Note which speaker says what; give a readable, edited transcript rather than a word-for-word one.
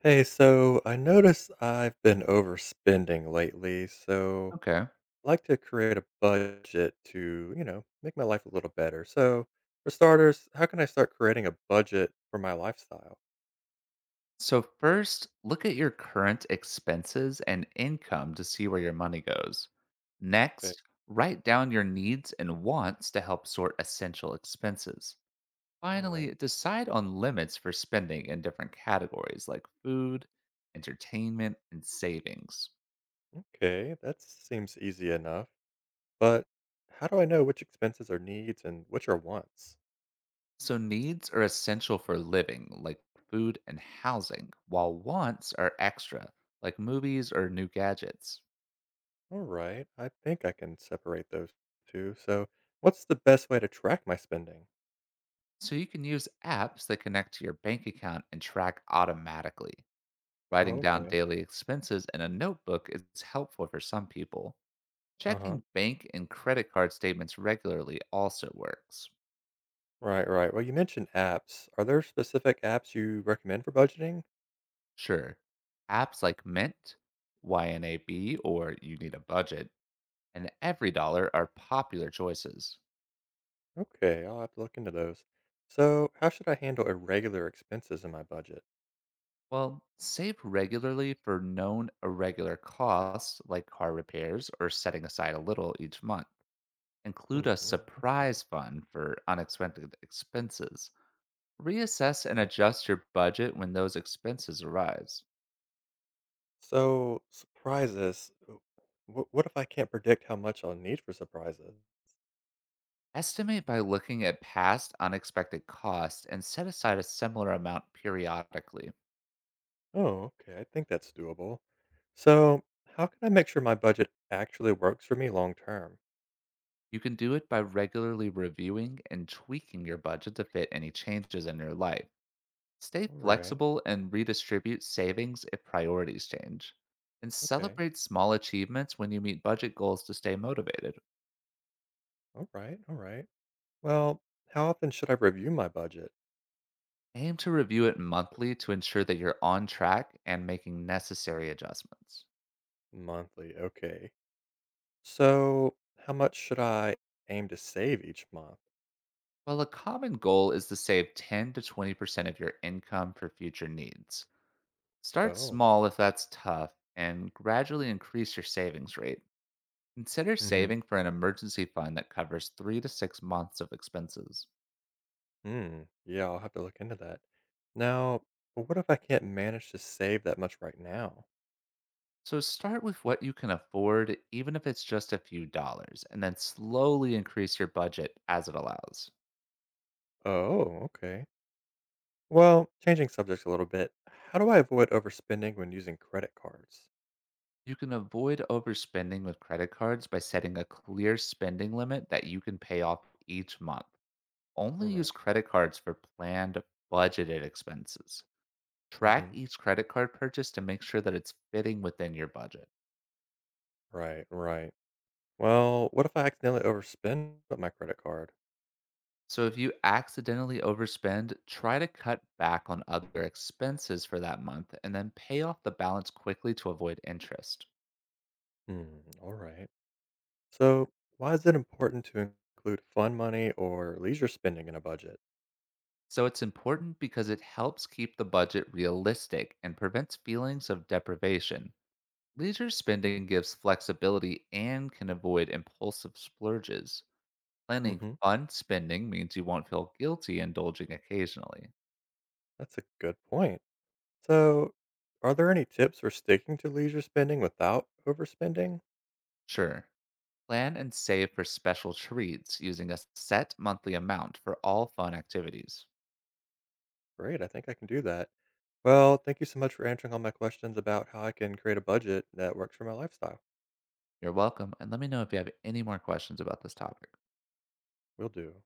Speaker 1: Hey, so I notice I've been overspending lately, so
Speaker 2: Okay.
Speaker 1: I like to create a budget to, you know, make my life a little better. So, for starters, how can I start creating a budget for my lifestyle?
Speaker 2: So, first, look at your current expenses and income to see where your money goes.
Speaker 1: Okay,
Speaker 2: Next, write down your needs and wants to help sort essential expenses.
Speaker 1: all right.
Speaker 2: Finally, decide on limits for spending in different categories like food, entertainment, and savings.
Speaker 1: Okay, that seems easy enough. But how do I know which expenses are needs and which are wants?
Speaker 2: So, needs are essential for living, like food and housing, while wants are extra, like movies or new gadgets.
Speaker 1: All right, I think I can separate those two. So, what's the best way to track my spending?
Speaker 2: So you can use apps that connect to your bank account and track automatically. Writing down
Speaker 1: Okay,
Speaker 2: daily expenses in a notebook is helpful for some people.
Speaker 1: uh-huh.
Speaker 2: Checking bank and credit card statements regularly also works.
Speaker 1: Right, right. Well, you mentioned apps. Are there specific apps you recommend for budgeting?
Speaker 2: Sure, apps like Mint, YNAB, or You Need a Budget, and Every Dollar are popular choices.
Speaker 1: Okay, I'll have to look into those. So, how should I handle irregular expenses in my budget?
Speaker 2: Well, save regularly for known irregular costs like car repairs or setting aside a little each month. Include
Speaker 1: Hmm.
Speaker 2: a
Speaker 1: Okay.
Speaker 2: surprise fund for unexpected expenses. Reassess and
Speaker 1: Right.
Speaker 2: adjust your budget when those expenses arise.
Speaker 1: So, surprises. What if I can't predict how much I'll need for surprises?
Speaker 2: Estimate by looking at past unexpected costs and set aside a similar amount periodically.
Speaker 1: Oh, okay. I think that's doable. So, how can I make sure my budget actually works for me long term?
Speaker 2: You can do it by regularly reviewing and tweaking your budget to fit any changes in your life. Stay
Speaker 1: All right.
Speaker 2: flexible and redistribute savings if priorities change. And
Speaker 1: Okay.
Speaker 2: celebrate small achievements when you meet budget goals to stay motivated.
Speaker 1: All right. All right. Well, how often should I review my budget?
Speaker 2: Aim to review it monthly to ensure that you're on track and making necessary adjustments.
Speaker 1: Monthly. Okay. So, how much should I aim to save each month?
Speaker 2: Well, a common goal is to save 10 to 20% of your income for future needs. Start
Speaker 1: Oh,
Speaker 2: small if that's tough and gradually increase your savings rate. Consider
Speaker 1: hmm
Speaker 2: saving for an emergency fund that covers 3 to 6 months of expenses.
Speaker 1: Hmm. Yeah, I'll have to look into that. Now, what if I can't manage to save that much right now?
Speaker 2: So start with what you can afford, even if it's just a few dollars, and then slowly increase your budget as it allows.
Speaker 1: Oh, okay. Well, changing subjects a little bit. How do I avoid overspending when using credit cards?
Speaker 2: You can avoid overspending with credit cards by setting a clear spending limit that you can pay off each month.
Speaker 1: All
Speaker 2: Only
Speaker 1: right.
Speaker 2: use credit cards for planned, budgeted expenses. Track
Speaker 1: Mm-hmm.
Speaker 2: each credit card purchase to make sure that it's fitting within your budget.
Speaker 1: Right. Right. Well, what if I accidentally overspend with my credit card?
Speaker 2: So if you accidentally overspend, try to cut back on other expenses for that month and then pay off the balance quickly to avoid interest.
Speaker 1: Hmm. All right. So, why is it important to include fun money or leisure spending in a budget?
Speaker 2: So it's important because it helps keep the budget realistic and prevents feelings of deprivation. Leisure spending gives flexibility and can avoid impulsive splurges. Planning
Speaker 1: Mm-hmm.
Speaker 2: fun spending means you won't feel guilty indulging occasionally.
Speaker 1: That's a good point. So, are there any tips for sticking to leisure spending without overspending?
Speaker 2: Sure, plan and save for special treats using a set monthly amount for all fun activities.
Speaker 1: Great, I think I can do that. Well, thank you so much for answering all my questions about how I can create a budget that works for my lifestyle.
Speaker 2: You're welcome, and let me know if you have any more questions about this topic.
Speaker 1: Will do.